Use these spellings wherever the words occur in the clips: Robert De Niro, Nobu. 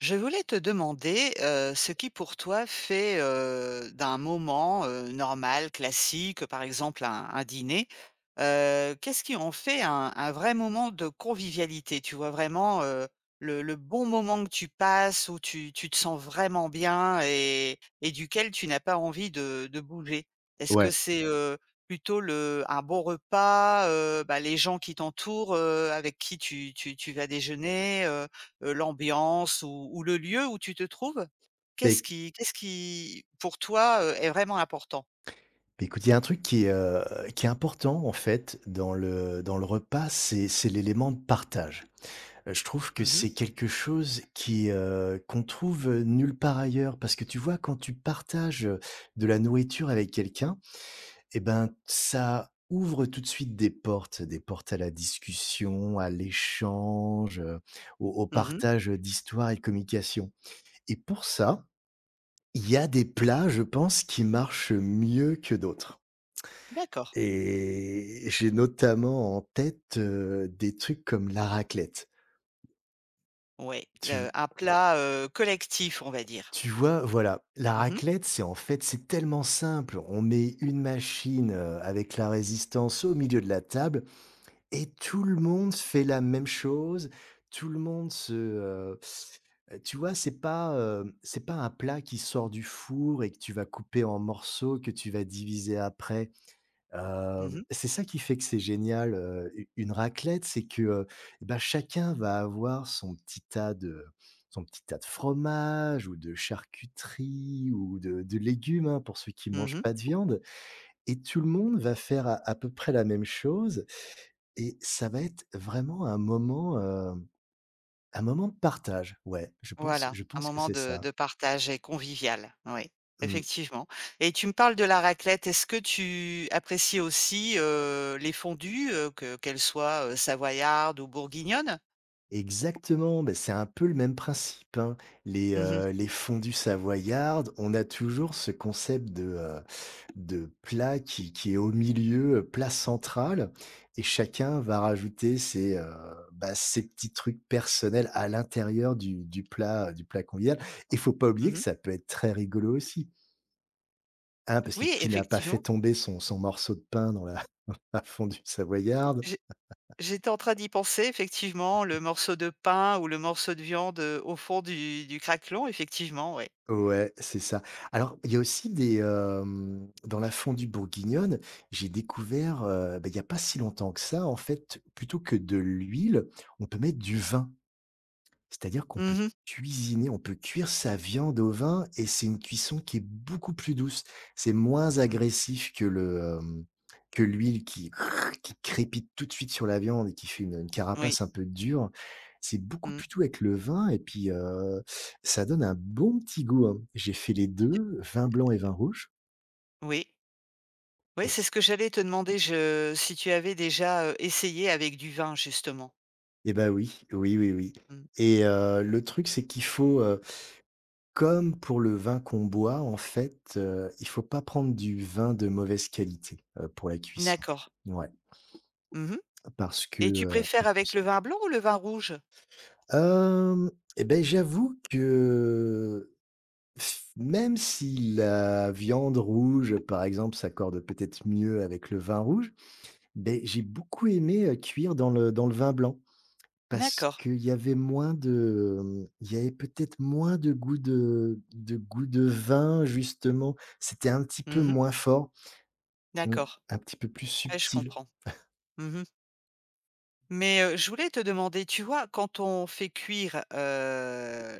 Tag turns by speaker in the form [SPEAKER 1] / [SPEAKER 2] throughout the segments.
[SPEAKER 1] Je voulais te demander, ce qui pour toi fait, d'un moment, normal, classique, par exemple un dîner, qu'est-ce qui en fait un vrai moment de convivialité? Tu vois vraiment, le bon moment que tu passes où tu te sens vraiment bien et duquel tu n'as pas envie de bouger? Est-ce que
[SPEAKER 2] Ouais,
[SPEAKER 1] c'est, plutôt le un bon repas, les gens qui t'entourent, avec qui tu vas déjeuner, l'ambiance ou le lieu où tu te trouves?
[SPEAKER 2] mais
[SPEAKER 1] Qu'est-ce qui pour toi, est vraiment important?
[SPEAKER 2] beh, écoute, il y a un truc qui est important en fait dans le repas, c'est l'élément de partage. Je trouve que
[SPEAKER 1] Mmh mh.
[SPEAKER 2] c'est quelque chose qui, qu'on trouve nulle part ailleurs parce que tu vois quand tu partages, de la nourriture avec quelqu'un et ben, ça ouvre tout de suite des portes à la discussion, à l'échange, au
[SPEAKER 1] Mmh.
[SPEAKER 2] partage, d'histoires et de communication. Et pour ça, il y a des plats, je pense, qui marchent mieux que d'autres.
[SPEAKER 1] D'accord.
[SPEAKER 2] Et j'ai notamment en tête, des trucs comme la raclette.
[SPEAKER 1] Ouais,
[SPEAKER 2] Tu
[SPEAKER 1] le un plat, collectif, on va dire.
[SPEAKER 2] tu vois? Voilà, la
[SPEAKER 1] Mmh mh.
[SPEAKER 2] raclette, c'est, en fait, c'est tellement simple. On met une machine, avec la résistance au milieu de la table et tout le monde fait la même chose. Tout le monde se, tu vois? C'est pas un plat qui sort du four et que tu vas couper en morceaux, que tu vas diviser après.
[SPEAKER 1] Mmh.
[SPEAKER 2] C'est ça qui fait que c'est génial, u une raclette, c'est que, eh bah, chacun va avoir son petit tas de fromage ou de charcuterie ou de légumes, hein, pour ceux qui mangent
[SPEAKER 1] Mmh.
[SPEAKER 2] pas de viande, et tout le monde va faire à peu près la même chose et ça va être vraiment un moment de partage. Ouais, je pense
[SPEAKER 1] Voilà,
[SPEAKER 2] je
[SPEAKER 1] un
[SPEAKER 2] pense que
[SPEAKER 1] moment
[SPEAKER 2] c'est
[SPEAKER 1] de
[SPEAKER 2] ça.
[SPEAKER 1] de partage et convivial, oui,
[SPEAKER 2] Mmh.
[SPEAKER 1] effectivement. Et tu me parles de la raclette. Est-ce que tu apprécies aussi, les fondues, que qu'elles soient, savoyardes ou bourguignonnes?
[SPEAKER 2] Exactement, beh, c'est un peu le même principe, hein. Les,
[SPEAKER 1] Mmh mh.
[SPEAKER 2] heu, les fondues savoyardes, on a toujours ce concept de plat qui est au milieu, plat central, et chacun va rajouter ses petits trucs personnels à l'intérieur du plat, du plat convivial, et faut pas oublier que
[SPEAKER 1] Mmh.
[SPEAKER 2] ça peut être très rigolo aussi, hein, parce que
[SPEAKER 1] Oui,
[SPEAKER 2] qui n'a pas fait
[SPEAKER 1] effectivement.
[SPEAKER 2] tomber son morceau de pain dans la la fondue savoyarde?
[SPEAKER 1] J'étais en train d'y penser effectivement, le morceau de pain ou le morceau de viande, au fond du craquelon, effectivement, ouais.
[SPEAKER 2] Ouais, c'est ça. Alors, il y a aussi dans la fondue bourguignonne, j'ai découvert, bah, il y a pas si longtemps que ça, en fait, plutôt que de l'huile, on peut mettre du vin. C'est-à-dire qu'on peut
[SPEAKER 1] Mmh mh.
[SPEAKER 2] cuisiner, on peut cuire sa viande au vin, et c'est une cuisson qui est beaucoup plus douce. C'est moins
[SPEAKER 1] Mmh.
[SPEAKER 2] agressif que l'huile qui crépite tout de suite sur la viande et qui fait une carapace
[SPEAKER 1] Oui.
[SPEAKER 2] un peu dure. C'est beaucoup
[SPEAKER 1] Mmh.
[SPEAKER 2] plus doux avec le vin et puis, ça donne un bon petit goût, hein. J'ai fait les 2, vin blanc et vin rouge,
[SPEAKER 1] Oui. Oui,
[SPEAKER 2] et
[SPEAKER 1] c'est
[SPEAKER 2] c
[SPEAKER 1] ce que j'allais te demander, je si tu avais déjà, essayé avec du vin justement?
[SPEAKER 2] et bah, oui, oui, oui, oui,
[SPEAKER 1] Mmh.
[SPEAKER 2] et le truc, c'est qu'comme pour le vin qu'on boit, en fait, il faut pas prendre du vin de mauvaise qualité, pour la cuisson.
[SPEAKER 1] D'accord.
[SPEAKER 2] Ouais,
[SPEAKER 1] Mmh.
[SPEAKER 2] parce que,
[SPEAKER 1] Et tu
[SPEAKER 2] ça
[SPEAKER 1] préfères
[SPEAKER 2] se
[SPEAKER 1] avec le
[SPEAKER 2] ressent.
[SPEAKER 1] vin blanc ou le vin rouge?
[SPEAKER 2] Hem, et ben, j'avoue que, f même si la viande rouge, par exemple, s'accorde peut-être mieux avec le vin rouge, ben j'ai beaucoup aimé, cuire dans le vin blanc. Parce
[SPEAKER 1] D'accord.
[SPEAKER 2] qu'il y avait il y avait peut-être moins de goût de goût de vin, justement. C'était un petit peu
[SPEAKER 1] Mmh.
[SPEAKER 2] moins fort, mmh,
[SPEAKER 1] D'accord.
[SPEAKER 2] un petit peu plus
[SPEAKER 1] Ouais, je
[SPEAKER 2] subtil.
[SPEAKER 1] comprends. Mmh. Mais, je voulais te demander, tu vois, quand on fait cuire,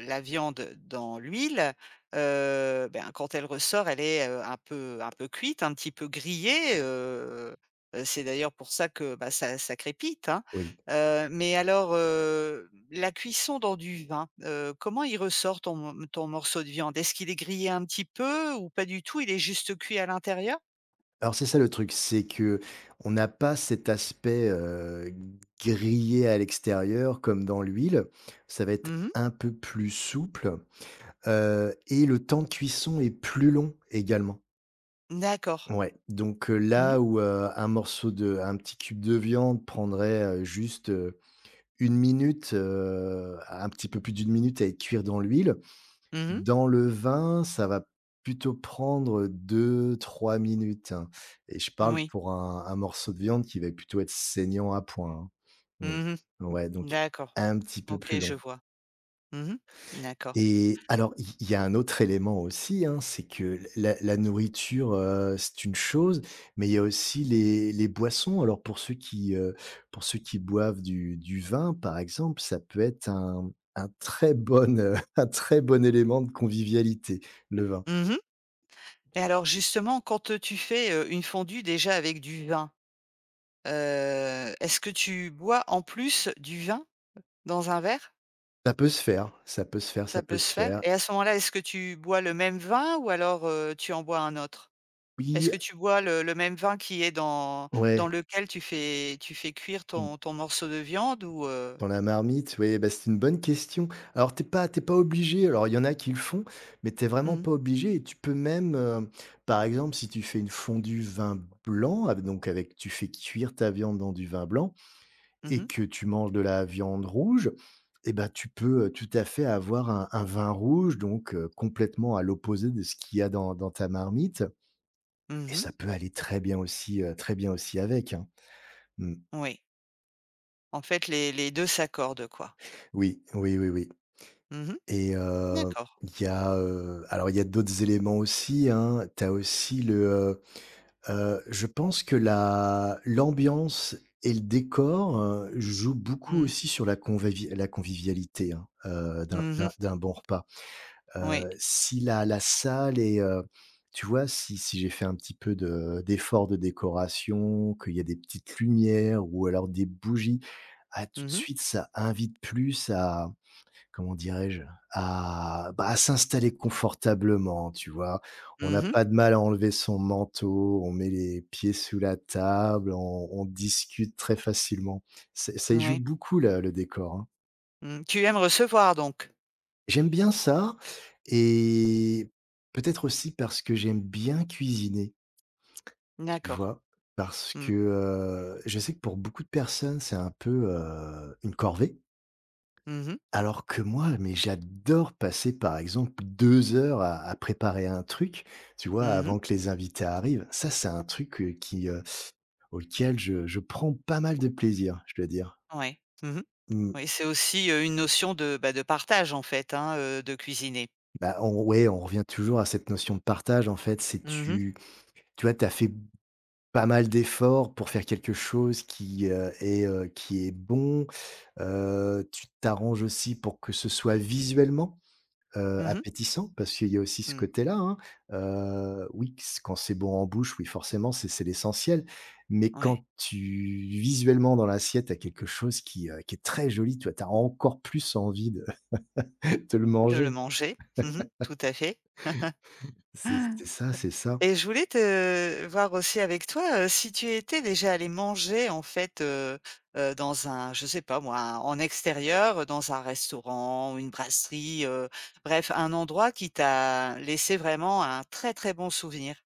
[SPEAKER 1] la viande dans l'huile, ben, quand elle ressort, elle est, un peu cuite, un petit peu grillée, c'est d'ailleurs pour ça que, bah, ça crépite, hein.
[SPEAKER 2] Oui.
[SPEAKER 1] Mais alors, la cuisson dans du vin, comment il ressort ton ton morceau de viande? Est-ce qu'il est grillé un petit peu ou pas du tout? Il est juste cuit à l'intérieur?
[SPEAKER 2] Alors, c'est ça le truc, c'est que on n'a pas cet aspect, grillé à l'extérieur comme dans l'huile. Ça va être
[SPEAKER 1] Mmh.
[SPEAKER 2] un peu plus souple, et le temps de cuisson est plus long également.
[SPEAKER 1] D'accord.
[SPEAKER 2] Ouais, donc,
[SPEAKER 1] Mmh mh.
[SPEAKER 2] là où, un petit cube de viande prendrait, juste, 1 minute, un petit peu plus d'une minute à cuire dans l'huile,
[SPEAKER 1] Mmh.
[SPEAKER 2] dans le vin, ça va plutôt prendre deux trois minutes, hein, et je parle
[SPEAKER 1] Oui.
[SPEAKER 2] pour un morceau de viande qui va plutôt être saignant à point, hein.
[SPEAKER 1] Mmh.
[SPEAKER 2] Mmh. Ouais, donc
[SPEAKER 1] D'accord.
[SPEAKER 2] un petit peu plus
[SPEAKER 1] OK, je
[SPEAKER 2] long.
[SPEAKER 1] vois. Mmh. D'accord.
[SPEAKER 2] Et alors, il y a un autre élément aussi, hein, c'est que la nourriture, c'est une chose, mais il y a aussi les boissons. Alors, pour ceux qui boivent du vin, par exemple, ça peut être un très bon, un très bon élément de convivialité, le vin.
[SPEAKER 1] Mmh. Et alors justement, quand tu fais, une fondue déjà avec du vin, heu, est-ce que tu bois en plus du vin dans un verre?
[SPEAKER 2] Ça peut se faire, ça peut se faire, ça
[SPEAKER 1] Ça
[SPEAKER 2] peut
[SPEAKER 1] peut
[SPEAKER 2] se
[SPEAKER 1] se faire.
[SPEAKER 2] faire.
[SPEAKER 1] Et à ce moment-là, est-ce que tu bois le même vin ou alors, tu en bois un autre? Est-ce
[SPEAKER 2] Oui,
[SPEAKER 1] que tu bois le même vin qui est dans dans
[SPEAKER 2] ouais,
[SPEAKER 1] lequel tu fais cuire
[SPEAKER 2] mmh,
[SPEAKER 1] ton morceau de viande ou, heu?
[SPEAKER 2] dans la marmite, oui, bah, c'est une bonne question. Alors, t'es pas obligé, alors il y en a qui le font, mais t'es vraiment
[SPEAKER 1] Mmh mh.
[SPEAKER 2] pas obligé, et tu peux même, par exemple, si tu fais une fondue vin blanc, av donc avec, tu fais cuire ta viande dans du vin blanc et
[SPEAKER 1] Mmh.
[SPEAKER 2] que tu manges de la viande rouge, et ben tu peux, tout à fait avoir un vin rouge, donc, complètement à l'opposé de ce qu'il y a dans ta marmite, et
[SPEAKER 1] Mmh.
[SPEAKER 2] ça peut aller très bien aussi avec, hein. Mmh.
[SPEAKER 1] Oui. En fait, les 2 s'accordent, quoi.
[SPEAKER 2] Oui, oui, oui, oui,
[SPEAKER 1] Mmh.
[SPEAKER 2] et
[SPEAKER 1] D'accord.
[SPEAKER 2] il y a d'autres éléments aussi, hein. Tu as aussi le, je pense que la l'ambiance et le décor, jouent beaucoup
[SPEAKER 1] Mmh.
[SPEAKER 2] aussi sur la convavi la convivialité, hein, d'un
[SPEAKER 1] Mmh
[SPEAKER 2] d'un
[SPEAKER 1] mh.
[SPEAKER 2] d'un bon repas.
[SPEAKER 1] Oui.
[SPEAKER 2] Si la salle est, tu vois, si j'ai fait un petit peu de d'effort de décoration, qu'il y a des petites lumières ou alors des bougies, ah, tout
[SPEAKER 1] Mmh
[SPEAKER 2] de
[SPEAKER 1] mh.
[SPEAKER 2] suite ça invite plus à. Comment dirais-je? À, bah, à s'installer confortablement, tu vois? On
[SPEAKER 1] Mmh
[SPEAKER 2] n'a
[SPEAKER 1] mh.
[SPEAKER 2] pas de mal à enlever son manteau, on met les pieds sous la table, on discute très facilement. C'est ça y joue
[SPEAKER 1] Ouais.
[SPEAKER 2] beaucoup là, le décor, hein.
[SPEAKER 1] Mmh. Tu aimes recevoir donc?
[SPEAKER 2] J'aime bien ça, et peut-être aussi parce que j'aime bien cuisiner, tu
[SPEAKER 1] D'accord.
[SPEAKER 2] vois? Parce
[SPEAKER 1] Mmh.
[SPEAKER 2] que, je sais que pour beaucoup de personnes, c'est un peu, une corvée.
[SPEAKER 1] Mmh mh.
[SPEAKER 2] Alors que moi, mais j'adore passer, par exemple, 2 heures à préparer un truc, tu vois?
[SPEAKER 1] Mmh mh.
[SPEAKER 2] Avant que les invités arrivent. Ça, c'est un truc, qui, auquel je prends pas mal de plaisir, je dois dire.
[SPEAKER 1] Ouais. Mmh mh.
[SPEAKER 2] Mmh.
[SPEAKER 1] Oui, c'est aussi, une notion de, bah, de partage en fait, hein, de cuisiner.
[SPEAKER 2] Bah, on ouais, on revient toujours à cette notion de partage, en fait. C'est
[SPEAKER 1] Mmh mh.
[SPEAKER 2] tu tu vois, tu as fait pas mal d'efforts pour faire quelque chose qui est bon. Tu t'arranges aussi pour que ce soit visuellement,
[SPEAKER 1] Mmh mh.
[SPEAKER 2] appétissant, parce qu'il y a aussi ce
[SPEAKER 1] Mmh.
[SPEAKER 2] côté-là, hein. Oui, q quand c'est bon en bouche, oui, forcément, c'est l'essentiel. Mais
[SPEAKER 1] Ouais.
[SPEAKER 2] quand tu visuellement dans l'assiette, tu as quelque chose qui est très joli, tu as encore plus envie de te le
[SPEAKER 1] De le
[SPEAKER 2] manger.
[SPEAKER 1] manger. Mmh mh. Tout à fait.
[SPEAKER 2] C'est ça, c'est ça.
[SPEAKER 1] Et je voulais te voir aussi avec toi, si tu étais déjà allé manger en fait, dans un, je sais pas moi, un en extérieur, dans un restaurant ou une brasserie, bref un endroit qui t'a laissé vraiment un très, très bon souvenir?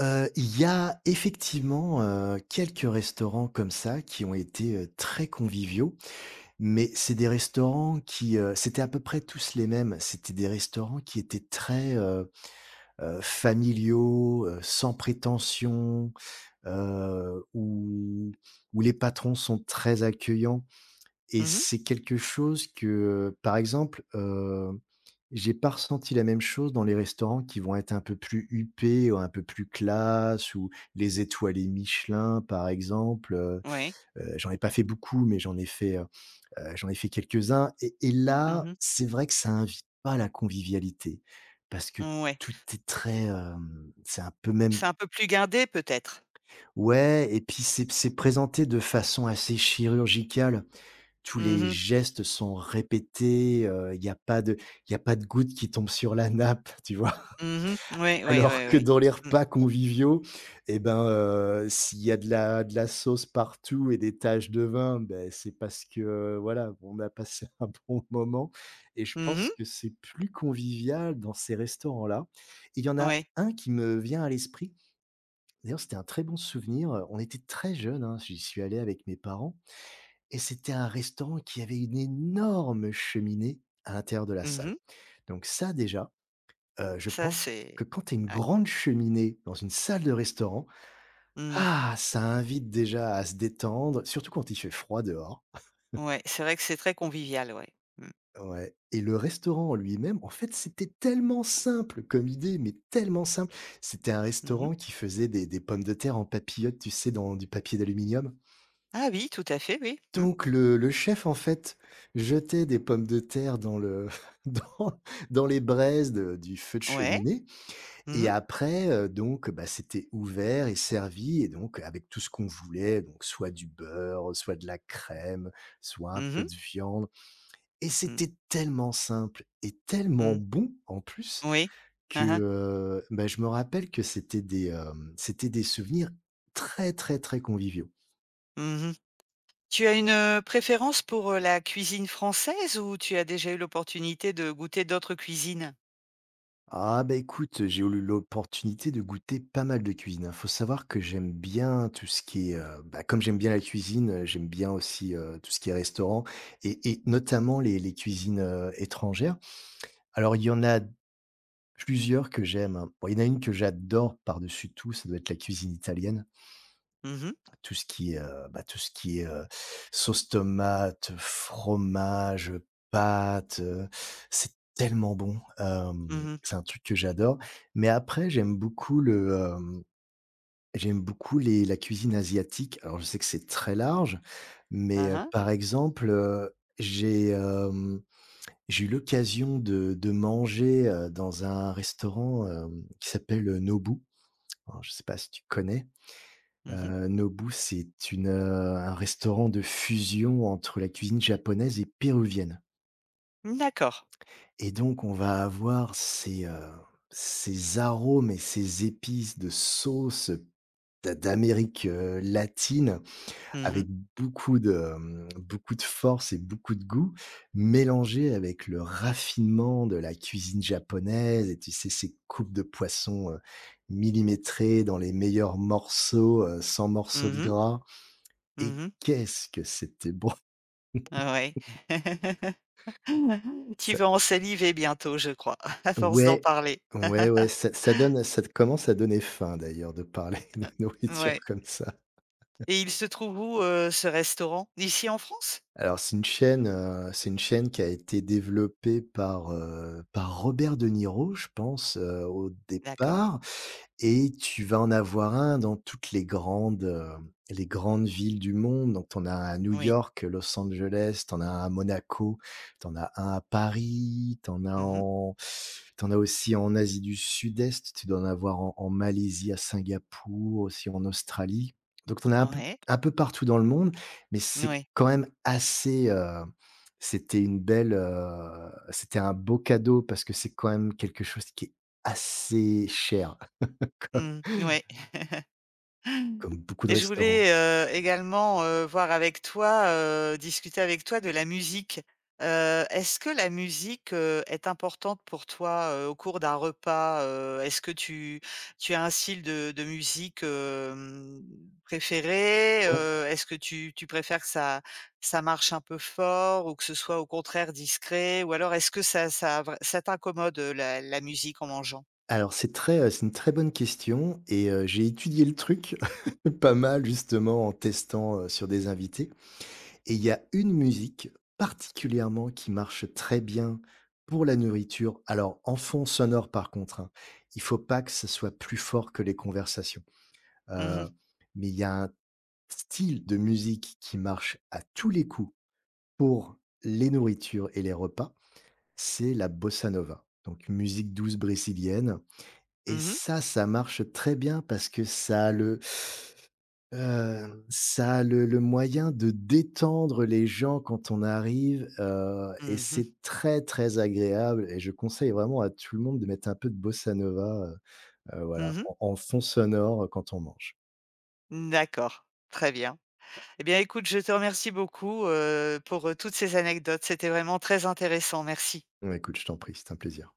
[SPEAKER 2] Il y a effectivement, quelques restaurants comme ça qui ont été, très conviviaux, mais c'est des restaurants c'était à peu près tous les mêmes. C'était des restaurants qui étaient très, familiaux, sans prétention, où les patrons sont très accueillants, et
[SPEAKER 1] Mmh.
[SPEAKER 2] c'est quelque chose que, par exemple, j'ai pas ressenti la même chose dans les restaurants qui vont être un peu plus huppés ou un peu plus classe, ou les étoilés Michelin, par exemple,
[SPEAKER 1] Oui.
[SPEAKER 2] j'en ai pas fait beaucoup, mais j'en ai fait quelques-uns, et là,
[SPEAKER 1] Mmh.
[SPEAKER 2] c'est vrai que ça invite pas à la convivialité, parce que
[SPEAKER 1] Ouais.
[SPEAKER 2] tout est très, c'est un peu même,
[SPEAKER 1] C'est un peu plus gardé peut-être?
[SPEAKER 2] ouais, et puis c'est présenté de façon assez chirurgicale. Tous
[SPEAKER 1] Mmh
[SPEAKER 2] les
[SPEAKER 1] mh.
[SPEAKER 2] gestes sont répétés, il y a pas de il y a pas de goutte qui tombe sur la nappe, tu vois?
[SPEAKER 1] Mmh mh. Oui, oui,
[SPEAKER 2] Alors
[SPEAKER 1] oui,
[SPEAKER 2] que
[SPEAKER 1] oui.
[SPEAKER 2] dans les
[SPEAKER 1] Mmh.
[SPEAKER 2] repas conviviaux, eh ben, s'il y a de la sauce partout et des taches de vin, ben c'est parce que, voilà, on a passé un bon moment, et je pense
[SPEAKER 1] Mmh.
[SPEAKER 2] que c'est plus convivial dans ces restaurants-là. Il y en a
[SPEAKER 1] Oui.
[SPEAKER 2] un qui me vient à l'esprit. D'ailleurs, c'était un très bon souvenir, on était très jeunes, hein, j'y suis allé avec mes parents, et c'était un restaurant qui avait une énorme cheminée à l'intérieur de la salle.
[SPEAKER 1] Mmh.
[SPEAKER 2] Donc ça déjà. Je
[SPEAKER 1] Ça
[SPEAKER 2] pense que
[SPEAKER 1] c'est
[SPEAKER 2] quand tu as une
[SPEAKER 1] ouais.
[SPEAKER 2] grande cheminée dans une salle de restaurant,
[SPEAKER 1] Mmh.
[SPEAKER 2] ah! Ça invite déjà à se détendre, surtout quand il fait froid dehors.
[SPEAKER 1] Ouais, c'est vrai que c'est très convivial, ouais. Mmh.
[SPEAKER 2] Ouais, et le restaurant en lui-même, en fait, c'était tellement simple comme idée, mais tellement simple. C'était un restaurant
[SPEAKER 1] Mmh.
[SPEAKER 2] qui faisait des pommes de terre en papillotes, tu sais, dans du papier d'aluminium.
[SPEAKER 1] Ah oui, tout à fait, oui. Mmh.
[SPEAKER 2] Donc le chef, en fait, jetait des pommes de terre dans le dans dans les braises de du feu de
[SPEAKER 1] Ouais.
[SPEAKER 2] cheminée. Et
[SPEAKER 1] Mmh mh.
[SPEAKER 2] après, donc, bah, c'était ouvert et servi et donc avec tout ce qu'on voulait, donc soit du beurre, soit de la crème, soit un
[SPEAKER 1] Mmh
[SPEAKER 2] peu
[SPEAKER 1] mh.
[SPEAKER 2] de viande, et
[SPEAKER 1] Mmh.
[SPEAKER 2] c'était tellement simple et tellement
[SPEAKER 1] Mmh.
[SPEAKER 2] bon en plus
[SPEAKER 1] Oui.
[SPEAKER 2] que,
[SPEAKER 1] Hein hein.
[SPEAKER 2] bah, je me rappelle que c'était des souvenirs très, très, très conviviaux.
[SPEAKER 1] Mmh. Tu as une, préférence pour, la cuisine française ou tu as déjà eu l'opportunité de goûter d'autres cuisines?
[SPEAKER 2] Ah bah écoute, j'ai eu l'opportunité de goûter pas mal de cuisine, hein. Faut savoir que j'aime bien tout ce qui est, bah, comme j'aime bien la cuisine, j'aime bien aussi tout ce qui est restaurant et, notamment les, cuisines étrangères. Alors il y en a plusieurs que j'aime, hein. Bon, il y en a une que j'adore par-dessus tout, ça doit être la cuisine italienne.
[SPEAKER 1] Mmh mh.
[SPEAKER 2] Tout ce qui est, bah, tout ce qui est, sauce tomate, fromage, pâtes, c'est tellement bon,
[SPEAKER 1] Mmh
[SPEAKER 2] hem,
[SPEAKER 1] mh.
[SPEAKER 2] c'est un truc que j'adore. Mais après j'aime beaucoup j'aime beaucoup les la cuisine asiatique. Alors je sais que c'est très large, mais,
[SPEAKER 1] Hein hein.
[SPEAKER 2] par exemple, j'ai, hem, j'ai eu l'occasion de manger, dans un restaurant, qui s'appelle Nobu. Alors je sais pas si tu connais?
[SPEAKER 1] Mmh.
[SPEAKER 2] Nobu, c'est une, un restaurant de fusion entre la cuisine japonaise et péruvienne,
[SPEAKER 1] D'accord.
[SPEAKER 2] et donc on va avoir ces, ces arômes et ces épices de sauce d'Amérique, latine,
[SPEAKER 1] Mmh mh.
[SPEAKER 2] avec beaucoup de, beaucoup de force et beaucoup de goût, mélangés avec le raffinement de la cuisine japonaise, et tu sais, ces coupes de poisson, millimétrées dans les meilleurs morceaux, sans morceaux de
[SPEAKER 1] Mmh mh.
[SPEAKER 2] gras. Et
[SPEAKER 1] Mmh.
[SPEAKER 2] qu'est-ce que c'était bon!
[SPEAKER 1] Ouais. Tu
[SPEAKER 2] Ça
[SPEAKER 1] vas en saliver bientôt, je crois, à force d'en
[SPEAKER 2] ouais,
[SPEAKER 1] parler.
[SPEAKER 2] ouais, ouais, ça donne, ça commence à donner faim d'ailleurs de parler de nourriture
[SPEAKER 1] Ouais.
[SPEAKER 2] comme ça.
[SPEAKER 1] Et il se trouve où, ce restaurant? Ici en France?
[SPEAKER 2] Alors c'est une chaîne qui a été développée par, par Robert De Niro, je pense, au
[SPEAKER 1] D'accord.
[SPEAKER 2] départ. Et tu vas en avoir un dans toutes les grandes villes du monde. Donc tu en as un à New
[SPEAKER 1] Oui.
[SPEAKER 2] York, Los Angeles, tu en as un à Monaco, tu en as un à Paris, tu en as
[SPEAKER 1] Mmh.
[SPEAKER 2] en tu as aussi en Asie du Sud-Est, tu dois en avoir en Malaisie, à Singapour, aussi en Australie. Donc tu en as
[SPEAKER 1] Ouais.
[SPEAKER 2] un peu partout dans le monde, mais c'est
[SPEAKER 1] Ouais.
[SPEAKER 2] quand même assez, c'était une belle, c'était un beau cadeau parce que c'est quand même quelque chose qui est assez cher.
[SPEAKER 1] Mmh. Ouais.
[SPEAKER 2] Comme beaucoup de
[SPEAKER 1] Et je
[SPEAKER 2] restaurants.
[SPEAKER 1] voulais, également, voir avec toi, discuter avec toi de la musique. Est-ce que la musique, est importante pour toi, au cours d'un repas? Est-ce que tu as un style de musique, préféré?
[SPEAKER 2] Ouais,
[SPEAKER 1] Est-ce que tu préfères que ça marche un peu fort ou que ce soit au contraire discret? Ou alors est-ce que ça t'incommode, la musique en mangeant?
[SPEAKER 2] alors c'est très, c'est une très bonne question, et j'ai étudié le truc pas mal justement en testant, sur des invités, et il y a une musique particulièrement qui marche très bien pour la nourriture. Alors en fond sonore par contre, hein, il faut pas que ce soit plus fort que les conversations,
[SPEAKER 1] Mmh mh.
[SPEAKER 2] heu, mais il y a un style de musique qui marche à tous les coups pour les nourritures et les repas, c'est la bossa nova. Donc musique douce brésilienne. Et
[SPEAKER 1] Mmh mh.
[SPEAKER 2] ça marche très bien parce que ça a ça a le moyen de détendre les gens quand on arrive, et
[SPEAKER 1] Mmh.
[SPEAKER 2] c'est très, très agréable et je conseille vraiment à tout le monde de mettre un peu de bossa nova, voilà,
[SPEAKER 1] Mmh.
[SPEAKER 2] en fond sonore, quand on mange.
[SPEAKER 1] D'accord, très bien. Eh bien, écoute, je te remercie beaucoup, pour, toutes ces anecdotes. C'était vraiment très intéressant. Merci.
[SPEAKER 2] Bah, écoute, je t'en prie, c'est un plaisir.